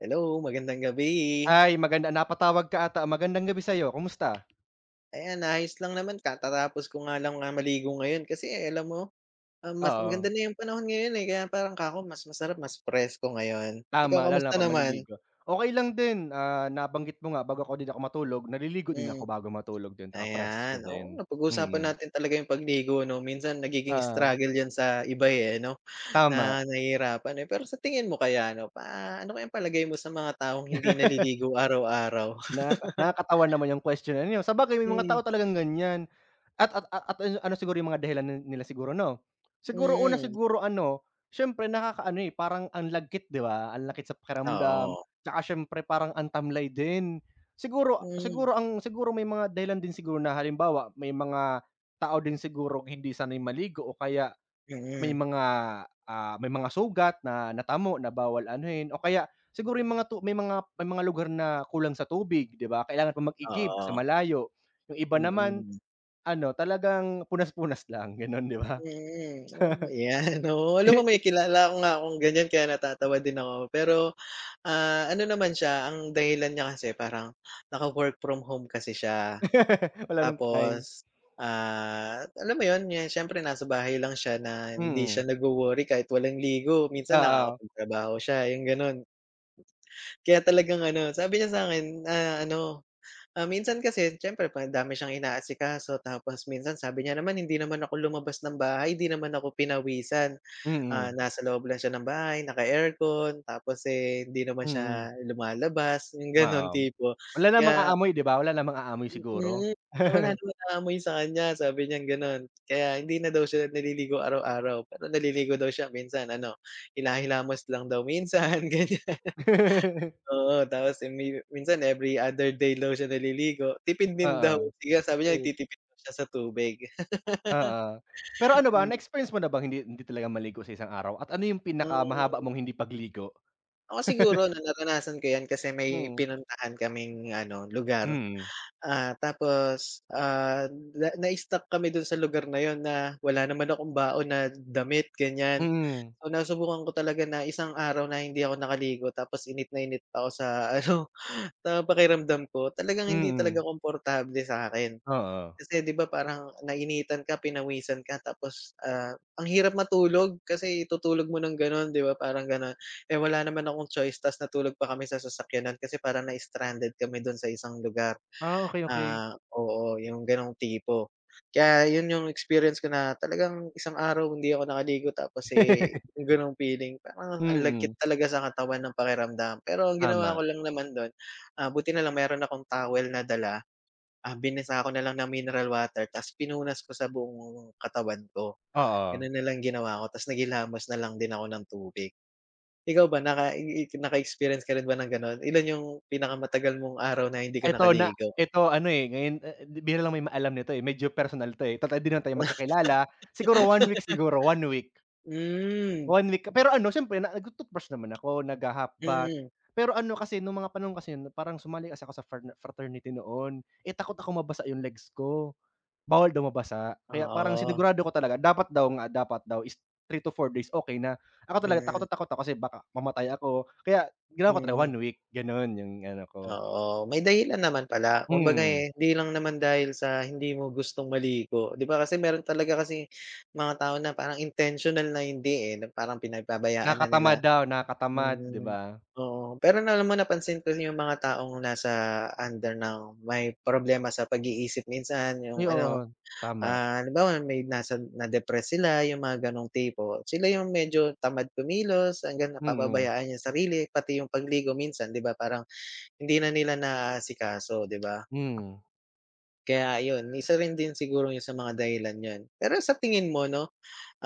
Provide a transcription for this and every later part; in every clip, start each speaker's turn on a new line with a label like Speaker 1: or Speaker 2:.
Speaker 1: Hello, magandang gabi.
Speaker 2: Ay maganda napatawag ka ata, magandang gabi sa'yo, kumusta?
Speaker 1: Ayan, ayos lang naman katatapos ko nga lang nga maligo ngayon kasi eh, alam mo, ah, mas
Speaker 2: Oo,
Speaker 1: maganda na yung panahon ngayon, eh, kaya parang kako mas masarap, mas presko ngayon. Ikaw
Speaker 2: tama lalo na
Speaker 1: kamusta
Speaker 2: 'pag
Speaker 1: naman?
Speaker 2: maliligo. Okey lang din, nabanggit mo nga bago ako ako matulog, naliligo din ako
Speaker 1: Hmm.
Speaker 2: bago matulog din nakapresko
Speaker 1: Ayan. Oo,
Speaker 2: din.
Speaker 1: napag-usapan
Speaker 2: Mm,
Speaker 1: natin talaga yung pagligo 'no, minsan nagiging
Speaker 2: oo,
Speaker 1: struggle 'yan sa iba, eh, no
Speaker 2: tama.
Speaker 1: na nahihirapan, eh. Pero sa tingin mo kaya ano kayang palagay mo sa mga taong hindi naliligo araw-araw?
Speaker 2: Nakakatawa naman yung question na niyo, sabagay may mga
Speaker 1: Hmm.
Speaker 2: tao talagang ganyan. At ano ano siguro yung mga dahilan nila siguro 'no? Siguro una
Speaker 1: Mm.
Speaker 2: siguro ano, siyempre nakakaano, eh, parang ang lagkit 'di ba? Ang lagkit sa pakiramdam,
Speaker 1: Oo.
Speaker 2: tsaka siyempre parang ang tamlay din. Siguro
Speaker 1: Hmm.
Speaker 2: siguro ang siguro may mga dahilan din siguro na halimbawa, may mga tao din sigurong hindi sanay maligo o kaya may
Speaker 1: Mm.
Speaker 2: mga, may mga sugat na natamo na bawal anuhin o kaya siguro yung mga tu may mga lugar na kulang sa tubig 'di ba? Kailangan pang mag-igib sa
Speaker 1: Oo.
Speaker 2: malayo. Yung iba naman
Speaker 1: Mm.
Speaker 2: ano, talagang punas-punas lang gano'n, 'di ba?
Speaker 1: Mm, oo, 'yan, oo. Alam mo may kilala ko nga akong ganiyan kaya natatawa din ako. Pero, ah, ano naman siya, ang dahilan niya kasi parang naka-work from home kasi siya.
Speaker 2: Wala ng time.
Speaker 1: Tapos, ah, alam mo 'yun, eh, siyempre nasa bahay lang siya na hindi
Speaker 2: Mm,
Speaker 1: siya nagwo-worry kahit walang ligo. Minsan
Speaker 2: oo.
Speaker 1: nakakapagtrabaho siya, yung gano'n. Kaya talagang ano, sabi niya sa'kin, ah, ano, ah, minsan kasi syempre, pa madami siyang inaasikaso tapos minsan sabi niya naman, "Hindi naman ako lumabas ng bahay, hindi naman ako pinawisan." Ah,
Speaker 2: Mm,
Speaker 1: nasa loob lang siya ng bahay, naka-aircon, tapos, eh, hindi naman
Speaker 2: mm,
Speaker 1: siya lumalabas, yung gano'n
Speaker 2: oo.
Speaker 1: tipo.
Speaker 2: Wala namang
Speaker 1: Kaya
Speaker 2: aamoy, 'di ba? Wala namang aamoy siguro?
Speaker 1: mm, wala naman naamoy sa kanya, sabi niyang gano'n. Kaya hindi na daw siya naliligo araw-araw, pero naliligo daw siya minsan ano, hilahilamos lang daw minsan, ganyan. Oo, tapos, eh, minsan every other day daw siya naliligo, tipid din daw.
Speaker 2: Oo,
Speaker 1: Kaya sabi niya
Speaker 2: food,
Speaker 1: nagtitipid daw siya sa tubig.
Speaker 2: oo. Pero ano ba,
Speaker 1: Hmm.
Speaker 2: na-experience mo na bang hindi hindi talaga maligo sa isang araw at ano yung
Speaker 1: ang
Speaker 2: pinakamahaba mong hindi pagligo?
Speaker 1: Ako siguro 'no, naranasan ko 'yan kasi may
Speaker 2: Mm,
Speaker 1: pinuntahan kaming ano, lugar.
Speaker 2: mm,
Speaker 1: Ah, tapos, ah, na na-stuck kami dun sa lugar na yun na wala naman akong baon na damit, ganyan.
Speaker 2: mm,
Speaker 1: So, nasubukan ko talaga na isang araw na hindi ako nakaligo tapos init na init pa ako ano, sa pakiramdam ko. Talagang hindi talaga
Speaker 2: mm,
Speaker 1: komportable sa'kin.
Speaker 2: oo.
Speaker 1: Kasi 'di ba parang nainitan ka, pinawisan ka tapos, ah, ang hirap matulog kasi tutulog mo ng gano'n, 'di ba, parang gano'n. Eh, wala naman akong choice ta's natulog pa kami sa sasakyanan kasi parang na-stranded kami dun sa isang lugar.
Speaker 2: Ah, okay, okay.
Speaker 1: Ah, oo, yung gano'ng tipo. Kaya yun yung experience ko na talagang isang araw hindi ako nakaligo tapos, eh, yung gano'ng feeling parang ang lagkit
Speaker 2: Mm,
Speaker 1: talaga sa katawan ng pakiramdam. Pero ang ginawa
Speaker 2: tama,
Speaker 1: ko lang naman dun, ah, buti na lang meron akong towel na dala, ah, binasa ko na lang ng mineral water ta's pinunas ko sa buong katawan ko.
Speaker 2: oo.
Speaker 1: Ganun na lang ginawa ko ta's naghilamos na lang din ako ng tubig. Ikaw ba naka i naka-experience ka rin ba ng gano'n? Ilan yung pinakamatagal mong araw na hindi ka
Speaker 2: Eto na
Speaker 1: nakaligo?
Speaker 2: eto ano, eh, ngayon, eh, bihira lang may maalam nito, eh, medyo personal 'to, eh, total di naman tayo magkakilala, siguro,
Speaker 1: Hmm.
Speaker 2: one week pero ano siyempre na nagto-toothbrush naman ako, nagha-half bath,
Speaker 1: Mm.
Speaker 2: pero ano kasi nung mga panahon kasi yun parang sumali kasi ako sa fraternity noon, eh, takot ako mabasa yung legs ko, bawal daw mabasa, kaya parang
Speaker 1: Oo.
Speaker 2: sinigurado ko talaga dapat daw is three to four days okey na, ako talaga takot
Speaker 1: Mm.
Speaker 2: na takot ako kasi baka mamatay ako, kaya ginawa ko talaga
Speaker 1: Mm.
Speaker 2: one week, gano'n yung ano ko.
Speaker 1: Oo, may dahilan naman pala. Kumbaga,
Speaker 2: Hmm.
Speaker 1: eh, hindi lang naman dahil sa hindi mo gustong maligo, 'di ba? Kasi meron talaga kasi mga tao na parang intentional na hindi, eh, na parang pinagpabayaan na nila.
Speaker 2: Nakakatamad daw, nakakatamad, 'di
Speaker 1: Mm.
Speaker 2: ba?
Speaker 1: Oo. Pero na alam mo napansin ko yung mga taong nasa under ng may problema sa pag-iisip minsan,
Speaker 2: Ay,
Speaker 1: yung ano.
Speaker 2: oo. Tama,
Speaker 1: Ah, halimbawa may nasa na-depress sila yung mga ganong tipo, sila yung medyo tamad kumilos hanggang
Speaker 2: mm,
Speaker 1: napapabayaan yung sarili pati yung pagligo minsan 'di ba parang hindi na nila naaasikaso 'di ba?
Speaker 2: hmm,
Speaker 1: Kaya yun, isa rin din siguro yung sa mga dahilan yun. Pero sa tingin mo 'no,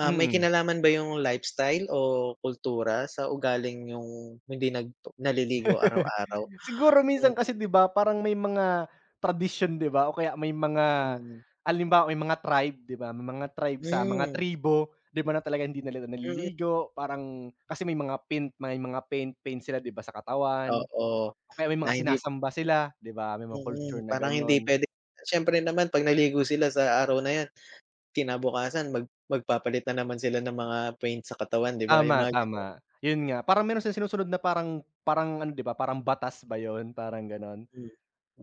Speaker 1: ah, may
Speaker 2: mm.
Speaker 1: kinalaman ba yung lifestyle o kultura sa ugaling yung hindi naliligo araw-araw?
Speaker 2: Siguro
Speaker 1: Mm.
Speaker 2: minsan kasi 'di ba parang may mga tradisyon 'di ba o kaya may mga
Speaker 1: Hmm.
Speaker 2: halimbawa may mga tribe 'di ba, may mga tribe sa mga
Speaker 1: Mm.
Speaker 2: tribo 'di ba na talagang hindi na nila
Speaker 1: Mm.
Speaker 2: naliligo, parang kasi may mga paint paint sila 'di ba sa katawan,
Speaker 1: Oo,
Speaker 2: o kaya may
Speaker 1: na
Speaker 2: mga
Speaker 1: hindi.
Speaker 2: sinasamba sila 'di ba, may mga culture
Speaker 1: Mm,
Speaker 2: na
Speaker 1: parang hindi
Speaker 2: gano'n.
Speaker 1: puwedeng siyempre naman 'pag naligo sila sa araw na 'yan, kinabukasan magpapalit na naman sila ng mga paint sa katawan, 'di ba, yung
Speaker 2: Tama,
Speaker 1: mga gano'n.
Speaker 2: tama. Yun nga, parang meron silang sinusunod na parang parang ano, 'di ba, parang batas ba yun, parang gano'n?
Speaker 1: Hmm.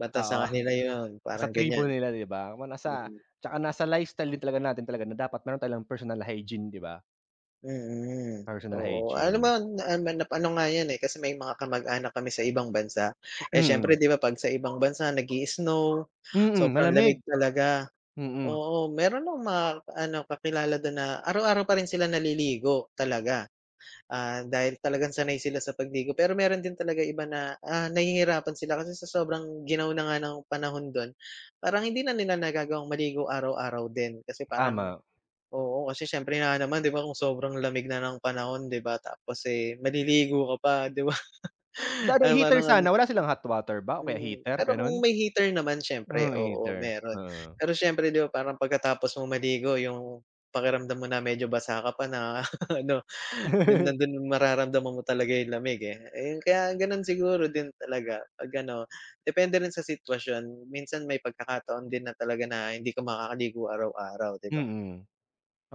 Speaker 1: Batas sa
Speaker 2: Oo,
Speaker 1: kanila 'yun,
Speaker 2: sa
Speaker 1: parang
Speaker 2: tribo
Speaker 1: ganiyan.
Speaker 2: nila, 'di ba? Kung nasa
Speaker 1: Mm.
Speaker 2: tsaka nasa lifestyle din talaga natin talaga na dapat meron tayong personal hygiene, 'di ba?
Speaker 1: Mm.
Speaker 2: Personal
Speaker 1: Oo. Alam mo
Speaker 2: hygiene.
Speaker 1: na na ano nga 'yan, eh, kasi may mga kamag-anak kami sa ibang bansa. Eh,
Speaker 2: Mm,
Speaker 1: siyempre 'di ba 'pag sa ibang bansa nag-i-snow,
Speaker 2: mm,
Speaker 1: sobrang
Speaker 2: malamig.
Speaker 1: lamig talaga.
Speaker 2: Mm,
Speaker 1: Oo, meron akong mga ano, kakilala do'n na araw-araw pa rin sila naliligo talaga. Ah, dahil talagang sanay sila sa pagdigo. Pero meron din talaga iba na, ah, nahihirapan sila kasi sa sobrang ginaw na nga ng panahon don parang hindi na nila nagagawang maligo araw-araw din. Kasi parang
Speaker 2: tama.
Speaker 1: oo, kasi siyempre nga naman 'di ba kung sobrang lamig na ng panahon 'di ba tapos, eh, maliligo ka pa 'di ba?
Speaker 2: Ano,
Speaker 1: Ah,
Speaker 2: heater
Speaker 1: parang ano.
Speaker 2: sana, wala silang hot water ba o kaya
Speaker 1: Hmm,
Speaker 2: heater,
Speaker 1: pero
Speaker 2: gano'n?
Speaker 1: kung may heater naman siyempre,
Speaker 2: Hmm,
Speaker 1: oo
Speaker 2: heater,
Speaker 1: meron.
Speaker 2: oo.
Speaker 1: Pero siyempre 'di ba parang pagkatapos mong maligo yung pakiramdam mo na medyo basa ka pa na ano, yung nandun mararamdaman mo talaga yung lamig, eh. Ayun kaya ganun siguro din talaga 'pag ano, depende rin sa sitwasyon. Minsan may pagkakataon din na talaga na hindi ka makakaligo araw-araw 'di ba?
Speaker 2: Mm.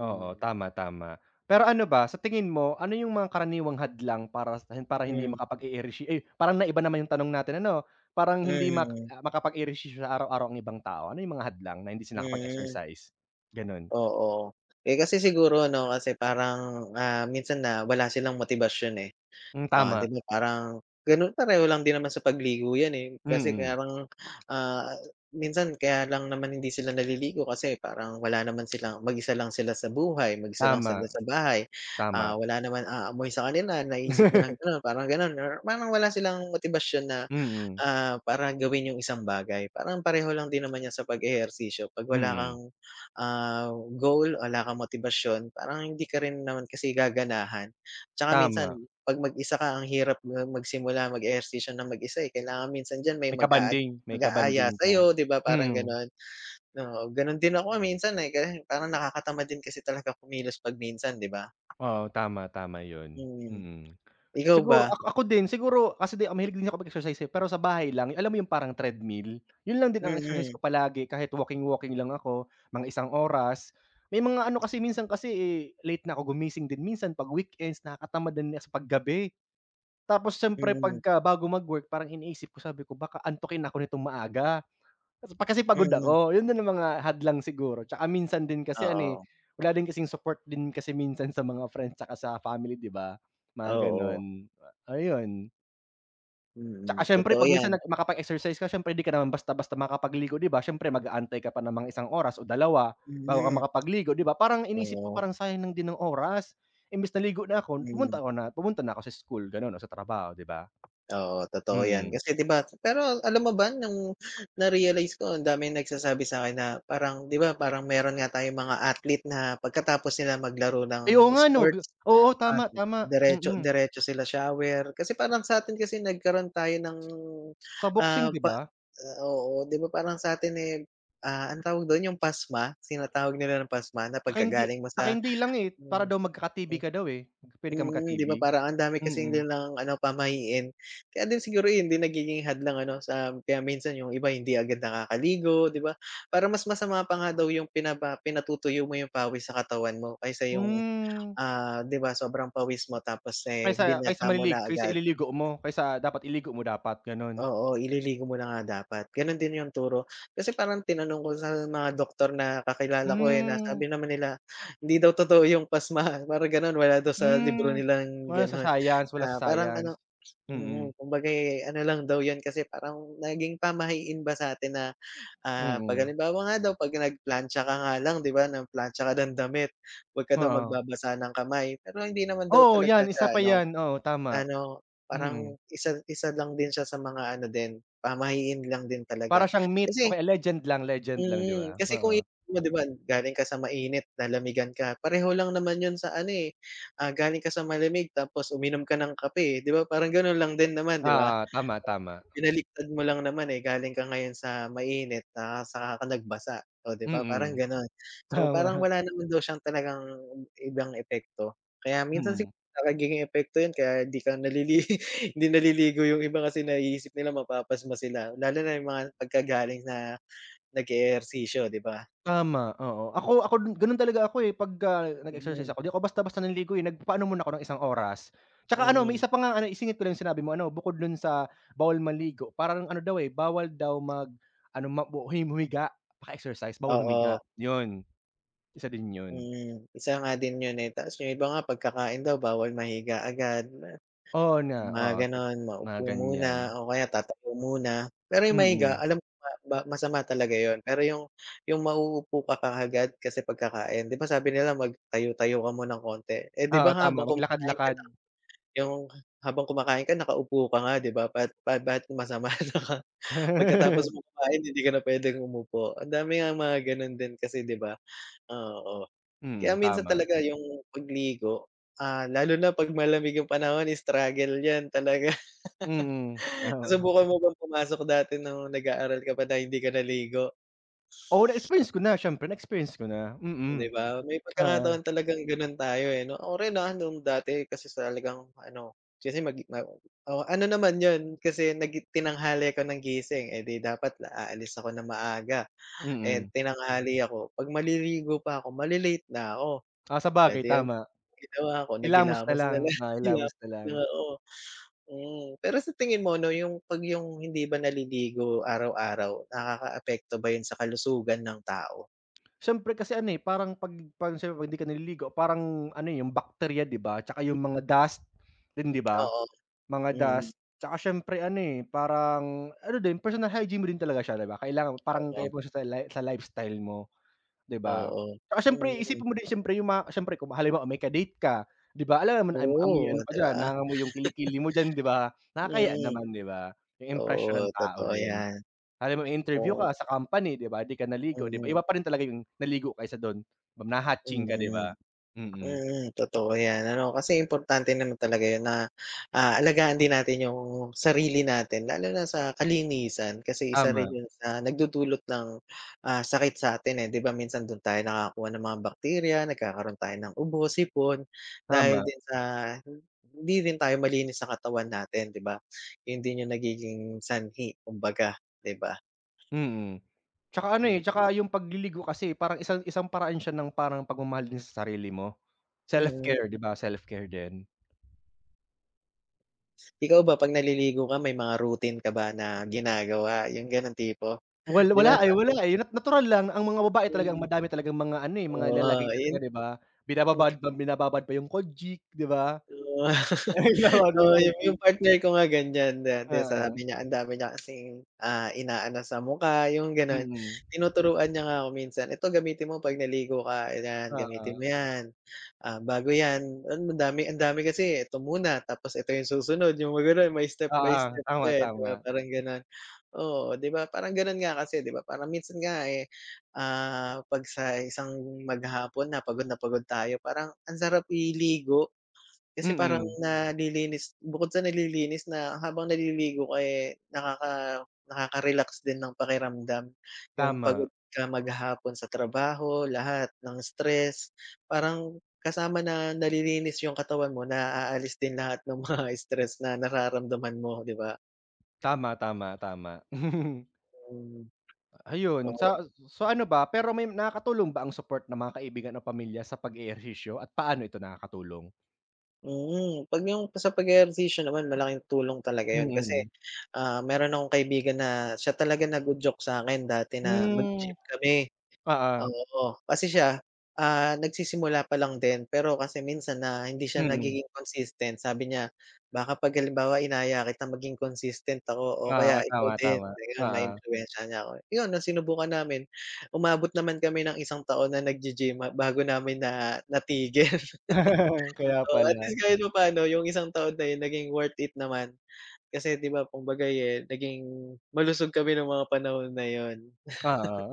Speaker 2: Oo, tama, tama. Pero ano ba, sa tingin mo, ano yung mga karaniwang hadlang para hindi
Speaker 1: Hmm.
Speaker 2: makapag-ehersisyo ay, parang naiba naman yung tanong natin ano, parang hindi mak
Speaker 1: Mm.
Speaker 2: makapag-ehersisyo sa araw-araw ang ibang tao. Ano yung mga hadlang na hindi sila
Speaker 1: Mm.
Speaker 2: nakapag-exercise? Gano'n.
Speaker 1: Oo. Eh, kasi siguro ano kasi parang, ah, minsan na wala silang motibasyon, eh.
Speaker 2: Hmm,
Speaker 1: Ah, 'di
Speaker 2: tama.
Speaker 1: ba parang ganun pareho lang din naman sa pagligo 'yan, eh, kasi
Speaker 2: Mm.
Speaker 1: parang, ah, minsan kaya lang naman hindi sila naliligo kasi parang wala naman silang mag-isa lang sila sa buhay, mag-isa lang sila
Speaker 2: Tama,
Speaker 1: sa bahay, ah,
Speaker 2: tama.
Speaker 1: wala naman aamoy sa kanila, naisip nilang gano'n, parang gano'n or parang wala silang motibasyon na,
Speaker 2: Mm,
Speaker 1: ah, para gawin yung isang bagay. Parang pareho lang din naman 'yan sa pag-ehersisyo 'pag wala
Speaker 2: mm.
Speaker 1: kang, ah, goal, wala kang motibasyon, parang hindi ka rin naman kasi gaganahan. Tsaka minsan
Speaker 2: Tama.
Speaker 1: 'pag mag-isa ka ang hirap nga magsimula mag-ehersisyo ng mag-isa, eh, kailangan minsan diyan may
Speaker 2: May
Speaker 1: mag-aaya
Speaker 2: kabanding ka.
Speaker 1: sa'yo 'di ba parang
Speaker 2: Mm.
Speaker 1: gano'n. Oo, gano'n din ako minsan, eh, kaya parang nakakatamad din kasi talaga kumilos 'pag minsan 'di ba?
Speaker 2: Oo, tama, tama yun.
Speaker 1: Mm.
Speaker 2: Mm.
Speaker 1: Ikaw ba?
Speaker 2: Siguro ako ako din, siguro kasi din mahilig din ako mag-exercise, eh, pero sa bahay lang. Alam mo yung parang treadmill? Yun lang din ang exercise ko
Speaker 1: Mm.
Speaker 2: palagi kahit walking-walking lang ako, mga isang oras. May mga ano kasi minsan kasi, eh, late na ako gumising din minsan 'pag weekends nakakatamad na sa paggabi. Tapos siyempre
Speaker 1: Mm.
Speaker 2: pagka bago mag-work parang iniisip ko sabi ko, "Baka antukin ako nitong maaga." Kasi pagod
Speaker 1: Mm.
Speaker 2: ako, yun din ang mga hadlang siguro tsaka minsan din kasi ano, eh,
Speaker 1: Oo.
Speaker 2: wala din kasing support din kasi minsan sa mga friends tsaka sa family 'di ba? Mga gano'n,
Speaker 1: Oo.
Speaker 2: ayun. Tsaka
Speaker 1: Mm,
Speaker 2: siyempre
Speaker 1: totoo
Speaker 2: 'pag minsan
Speaker 1: 'yan.
Speaker 2: nag makapag-exercise ka siyempre 'di ka naman basta-basta makapagligo 'di ba? Siyempre mag-aantay ka pa ng isang oras o dalawa bago ka
Speaker 1: Mm.
Speaker 2: makapagligo 'di ba? Parang inisip ko
Speaker 1: Oo.
Speaker 2: parang sayang lang din ng oras, imbes ligo na ako
Speaker 1: Mm.
Speaker 2: pumunta na ako sa school gano'n o sa trabaho 'di ba?
Speaker 1: Oo, totoo 'yan.
Speaker 2: Mm.
Speaker 1: Kasi 'di ba pero alam mo ba nung na-realize ko ang daming nagsasabi sa'kin na parang 'di ba parang meron nga tayong mga athlete na pagkatapos nila maglaro
Speaker 2: Ay oo
Speaker 1: ng
Speaker 2: nga 'no, G-
Speaker 1: sports,
Speaker 2: oo
Speaker 1: ah,
Speaker 2: tama, tama,
Speaker 1: diretso
Speaker 2: mm.
Speaker 1: diretso sila shower. Kasi parang sa'tin kasi nagkaroon tayo ng,
Speaker 2: Sa boxing
Speaker 1: ah,
Speaker 2: 'di ba?
Speaker 1: ah, oo, 'di ba parang sa'tin, eh, ah, anong tawag dun, yung pasma, tinatawag nila na pasma na
Speaker 2: Tsaka hindi
Speaker 1: pagkagaling mo
Speaker 2: tsaka
Speaker 1: sa.
Speaker 2: hindi lang, eh, para
Speaker 1: Hmm.
Speaker 2: daw magkaka-TB ka daw, eh. Puwede kang
Speaker 1: Mm, 'di
Speaker 2: magka-TB?
Speaker 1: ba parang ang dami kasing
Speaker 2: Mm.
Speaker 1: nilang ano, pamahiin. Kaya din siguro 'yun din nagiging hadlang ano sa kaya minsan yung iba hindi agad nakakaligo, 'di ba? Para mas masama pa nga daw yung pinatutuyo mo yung pawis sa katawan mo kaysa yung,
Speaker 2: Hmm,
Speaker 1: ah, 'di ba sobrang pawis mo tapos, eh,
Speaker 2: kaysa kaysa
Speaker 1: binasa mo
Speaker 2: maliligo
Speaker 1: na
Speaker 2: kaysa
Speaker 1: agad.
Speaker 2: ililigo mo, kaysa dapat iligo mo dapat, gano'n?
Speaker 1: Oo, ililigo mo na nga dapat. Gano'n din yung turo. Kasi parang tinanong ko sa mga doktor na kakilala ko, eh, na
Speaker 2: Hmm,
Speaker 1: sabi naman nila hindi daw totoo yung pasma, parang gano'n wala daw sa libro
Speaker 2: hmm.
Speaker 1: nilang
Speaker 2: Wala sa
Speaker 1: gano'n.
Speaker 2: science,
Speaker 1: Na
Speaker 2: wala sa
Speaker 1: parang ano.
Speaker 2: science.
Speaker 1: Mm,
Speaker 2: Mm,
Speaker 1: kumbaga, eh, ano lang daw 'yun kasi parang naging pamahiin ba sa'tin na, ah, 'pag
Speaker 2: mm,
Speaker 1: halimbawa nga daw 'pag nagplantsa ka nga lang 'di ba, ng plantsa ka ng damit, 'wag ka daw
Speaker 2: oo.
Speaker 1: magbabasa ng kamay. Pero hindi naman daw
Speaker 2: Oo,
Speaker 1: talaga
Speaker 2: 'yan, isa
Speaker 1: siya
Speaker 2: pa
Speaker 1: ano,
Speaker 2: 'yan, oo, tama,
Speaker 1: ano
Speaker 2: mm.
Speaker 1: parang isa isa lang din siya sa mga ano din, pamahiin lang din talaga.
Speaker 2: Para siyang myth
Speaker 1: Kasi
Speaker 2: o kaya legend lang, 'di ba?
Speaker 1: kasi kung
Speaker 2: Oo.
Speaker 1: iisipin mo 'di ba galing ka sa mainit, nalamigan ka, pareho lang naman 'yun sa ano, eh, ah, galing ka sa malamig tapos uminom ka ng kape, 'di ba parang gano'n lang din naman 'di ba?
Speaker 2: Oo, tama, tama.
Speaker 1: Binaliktad mo lang naman, eh, galing ka ngayon sa mainit na saka ka nagbasa, oh, 'di ba parang
Speaker 2: Mm,
Speaker 1: gano'n. So, parang
Speaker 2: tama,
Speaker 1: wala naman daw siyang talagang ibang epekto. Kaya minsan
Speaker 2: mm.
Speaker 1: siguro nagiging epekto 'yun kaya hindi ka hindi naliligo yung iba kasi naiisip nila mapapasma sila, lalo na yung mga pagkagaling na nag-eehersisyo, 'di ba?
Speaker 2: Tama, oo. Ako ako gano'n talaga ako, eh, pagka nag-exercise
Speaker 1: Hmm.
Speaker 2: ako, 'di ako basta-basta nanliligo, eh, nagpaano muna ako ng isang oras. Tsaka ano, may
Speaker 1: Hmm.
Speaker 2: isa pa ngang ano, isingit ko lang yung sinabi mo ano, bukod dun sa bawal maligo, parang ano daw, eh, bawal daw mag ano, ma bu hum humiga, paka-exercise bawal
Speaker 1: Oo.
Speaker 2: humiga, yun, isa din yun.
Speaker 1: Mm. Isa nga din 'yun, eh, tapos yung iba nga pagkakain daw bawal mahiga agad.
Speaker 2: Oo nga,
Speaker 1: Yung mga
Speaker 2: oo, tot
Speaker 1: gano'n,
Speaker 2: mga
Speaker 1: maupo
Speaker 2: ganyan.
Speaker 1: muna o kaya tatayo muna. Pero yung mahiga
Speaker 2: Mm,
Speaker 1: alam ko ba masama talaga yun, pero yung mauupo ka kaagad kasi pagkakain, 'di ba sabi nila magtayo-tayo ka muna ng konti, eh, 'di ba
Speaker 2: oo, tama, maglakad-lakad.
Speaker 1: yung habang kumakain ka nakaupo ka nga 'di ba ba't masama na ka pagkatapos mo kumain hindi ka na puwedeng umupo. Ang dami ngang mga gano'n din kasi 'di ba? Oo, kaya
Speaker 2: Mm,
Speaker 1: minsan
Speaker 2: tama.
Speaker 1: talaga yung pagligo, ah, lalo na 'pag malamig yung panahon struggle yan talaga.
Speaker 2: Mm, tama.
Speaker 1: Nasubukan mo bang pumasok dati nung nag-aaral ka pa na hindi ka naligo,
Speaker 2: Oo, na-experience ko na, siyempre na-experience ko na, mm,
Speaker 1: 'di ba? May
Speaker 2: oo,
Speaker 1: pagkakataon talagang gano'n tayo, eh, 'no? Ako rin, ah, nung dati kasi talagang ano, kasi mag ma oo, ano naman 'yun, kasi tinanghali ako ng gising, eh, 'di dapat aalis ako ng maaga and
Speaker 2: mm.
Speaker 1: tinanghali ako. 'Pag maliligo pa ako, male-late na ako.
Speaker 2: Ah,
Speaker 1: Eh,
Speaker 2: sabagay
Speaker 1: 'di ang
Speaker 2: tama.
Speaker 1: ginawa ko,
Speaker 2: Ilamos na
Speaker 1: naghilamos na
Speaker 2: lang,
Speaker 1: lang,
Speaker 2: oo, ilamos
Speaker 1: hilamos
Speaker 2: na lang.
Speaker 1: na, oo. Hmm, pero sa tingin mo 'no, yung hindi ba naliligo araw-araw, nakakaapekto ba yun sa kalusugan ng tao?
Speaker 2: Siyempre kasi ano, eh, parang 'pag parang siyempre 'pag hindi ka naliligo parang ano, eh, yung bakterya 'di ba, tsaka
Speaker 1: Hmm.
Speaker 2: yung mga dust din 'di ba,
Speaker 1: Oo.
Speaker 2: mga
Speaker 1: Mm.
Speaker 2: dust. Tsaka siyempre ano, eh, parang ano din personal hygiene mo din talaga siya 'di ba, kailangan parang
Speaker 1: Oo.
Speaker 2: type mo siya sa lifestyle mo 'di ba.
Speaker 1: Oo.
Speaker 2: Tsaka siyempre
Speaker 1: Mm.
Speaker 2: isipin mo din siyempre yung mga siyempre kung halimbawa may ka-date ka 'di ba, alangan naman amoy
Speaker 1: Oo,
Speaker 2: ano ka
Speaker 1: 'di
Speaker 2: diyan,
Speaker 1: ba?
Speaker 2: nangangamoy yung kilikili mo diyan 'di ba, nakakahiya
Speaker 1: Mm.
Speaker 2: naman 'di ba, yung
Speaker 1: Oo,
Speaker 2: impression ng tao
Speaker 1: totoo
Speaker 2: din.
Speaker 1: yan.
Speaker 2: Alam mo interview
Speaker 1: Oo.
Speaker 2: ka sa company 'di ba, di ka naligo 'di ba,
Speaker 1: Mm.
Speaker 2: iba pa rin talaga yung naligo kaysa dun na-hatching ka 'di
Speaker 1: Mm.
Speaker 2: ba? Mm,
Speaker 1: Mm, totoo 'yan ano, kasi importante naman talaga 'yun na, ah, alagaan din natin yung sarili natin lalo na sa kalinisan kasi isa rin
Speaker 2: tama,
Speaker 1: 'yun sa nagdudulot ng, ah, sakit sa atin, eh, 'di ba minsan do'n tayo nakakakuha ng mga bakterya, nagkakaroon tayo ng ubo, sipon dahil
Speaker 2: tama,
Speaker 1: din sa hindi rin tayo malinis sa katawan natin 'di ba? 'Yun din yung nagiging sanhi kumbaga 'di ba?
Speaker 2: mm. Tsaka ano,
Speaker 1: Hmm.
Speaker 2: eh, tsaka yung pagliligo kasi parang isang isang paraan siya ng parang pagmamahal din sa sarili mo.
Speaker 1: Mm.
Speaker 2: Self-care 'di ba, self-care din.
Speaker 1: Ikaw ba 'pag naliligo ka may mga routine ka ba na ginagawa, yung gano'ng tipo? 'Di ba sabi
Speaker 2: Wala, eh, natural lang ang mga babae talaga ang
Speaker 1: hmm,
Speaker 2: madami talagang mga ano, eh, mga
Speaker 1: oo,
Speaker 2: nilalagay
Speaker 1: ayun,
Speaker 2: talaga 'di ba? Binababad pa yung kojik 'di ba?
Speaker 1: oo.
Speaker 2: Ay, binababad yung
Speaker 1: Oo, yung
Speaker 2: kojik,
Speaker 1: yung partner ko nga ganyan dati
Speaker 2: oo,
Speaker 1: sabi niya ang dami niya kasing, ah, inaano sa mukha yung gano'n.
Speaker 2: mm.
Speaker 1: Tinuturuan niya nga ako minsan, "Ito gamitin mo 'pag naligo ka, yan gamitin
Speaker 2: Oo,
Speaker 1: mo yan, ah, bago yan ang dami kasi ito muna tapos ito yung susunod," yung mga gano'n may step by
Speaker 2: oo,
Speaker 1: step ka,
Speaker 2: tama,
Speaker 1: eh, 'di ba
Speaker 2: tama.
Speaker 1: parang gano'n. Oo, 'di ba parang gano'n nga kasi 'di ba parang minsan nga, eh, ah, 'pag sa isang maghapon na pagod tayo parang ang sarap iligo kasi parang
Speaker 2: Mm.
Speaker 1: nalilinis bukod sa nalilinis na habang naliligo ka, eh, nakaka-relax din ng pakiramdam. Yung
Speaker 2: Tama.
Speaker 1: pagod ka maghapon sa trabaho, lahat ng stress, parang kasama na nalilinis yung katawan mo, naaalis din lahat ng mga stress na nararamdaman mo, 'di ba?
Speaker 2: Tama, tama, tama.
Speaker 1: Hmm.
Speaker 2: Ayun,
Speaker 1: Oo.
Speaker 2: sa so ano ba, pero may nakakatulong ba ang support ng mga kaibigan o pamilya sa pag-eehersisyo at paano ito nakakatulong?
Speaker 1: Mm, 'pag yung sa pag-eehersisyo naman malaking tulong talaga yun kasi,
Speaker 2: Mm.
Speaker 1: ah, meron akong kaibigan na siya talaga nag-udyok sa'kin dati na
Speaker 2: Hmm,
Speaker 1: mag-gym kami.
Speaker 2: oo.
Speaker 1: Oo, kasi siya, ah, nagsisimula pa lang din pero kasi minsan na hindi siya
Speaker 2: Mm.
Speaker 1: nagiging consistent sabi niya, "Baka 'pag halimbawa inaya kita maging consistent ako o
Speaker 2: Oo,
Speaker 1: kaya ikaw
Speaker 2: tama,
Speaker 1: din."
Speaker 2: tama.
Speaker 1: Ayun
Speaker 2: Oo.
Speaker 1: maiimpluwensyahan niya ako. Yun ang sinubukan namin, umabot naman kami ng isang taon na naggi-gym ha bago namin na natigil.
Speaker 2: Kaya
Speaker 1: Oo, at
Speaker 2: pala.
Speaker 1: least kahit papaano yung isang taon na yun naging worth it naman. Kasi 'di ba kumbaga, eh, naging malusog kami nung mga panahon na yun.
Speaker 2: Oo.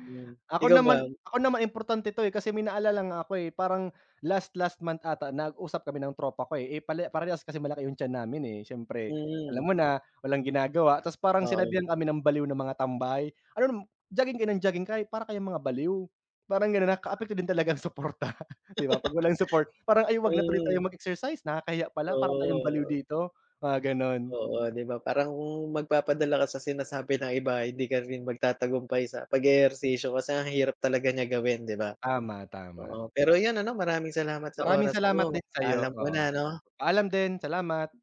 Speaker 1: Mm,
Speaker 2: Ako
Speaker 1: ikaw
Speaker 2: naman
Speaker 1: ba?
Speaker 2: ako naman importante 'to, eh, kasi may naalala nga ako, eh, parang last last month ata nag-usap kami ng tropa ko, eh, pala parehas kasi malaki yung tiyan namin, eh, siyempre alam
Speaker 1: Mm.
Speaker 2: mo na walang ginagawa tapos parang
Speaker 1: Oo.
Speaker 2: sinabihan kami ng baliw ng mga tambay, "Ano nam jogging kayo ng jogging kay para kayong mga baliw." Parang gano'n, nakakaapekto din talaga ang suporta, 'di ba? 'Pag walang support parang, "Ay huwag na tuloy
Speaker 1: Hmm.
Speaker 2: tayong mag-exercise, nakakahiya pala para tayong baliw
Speaker 1: Oo.
Speaker 2: dito." Mga gano'n.
Speaker 1: Oo, 'di ba parang kung magpapadala ka sa sinasabi ng iba hindi ka rin magtatagumpay sa pag-eehersisyo kasi ang hirap talaga niya gawin 'di ba?
Speaker 2: Tama, tama.
Speaker 1: Oo, pero 'yun ano maraming salamat sa
Speaker 2: Maraming
Speaker 1: oras
Speaker 2: salamat
Speaker 1: mo,
Speaker 2: din sa'yo,
Speaker 1: paalam
Speaker 2: oo.
Speaker 1: muna 'no.
Speaker 2: Paalam din, salamat.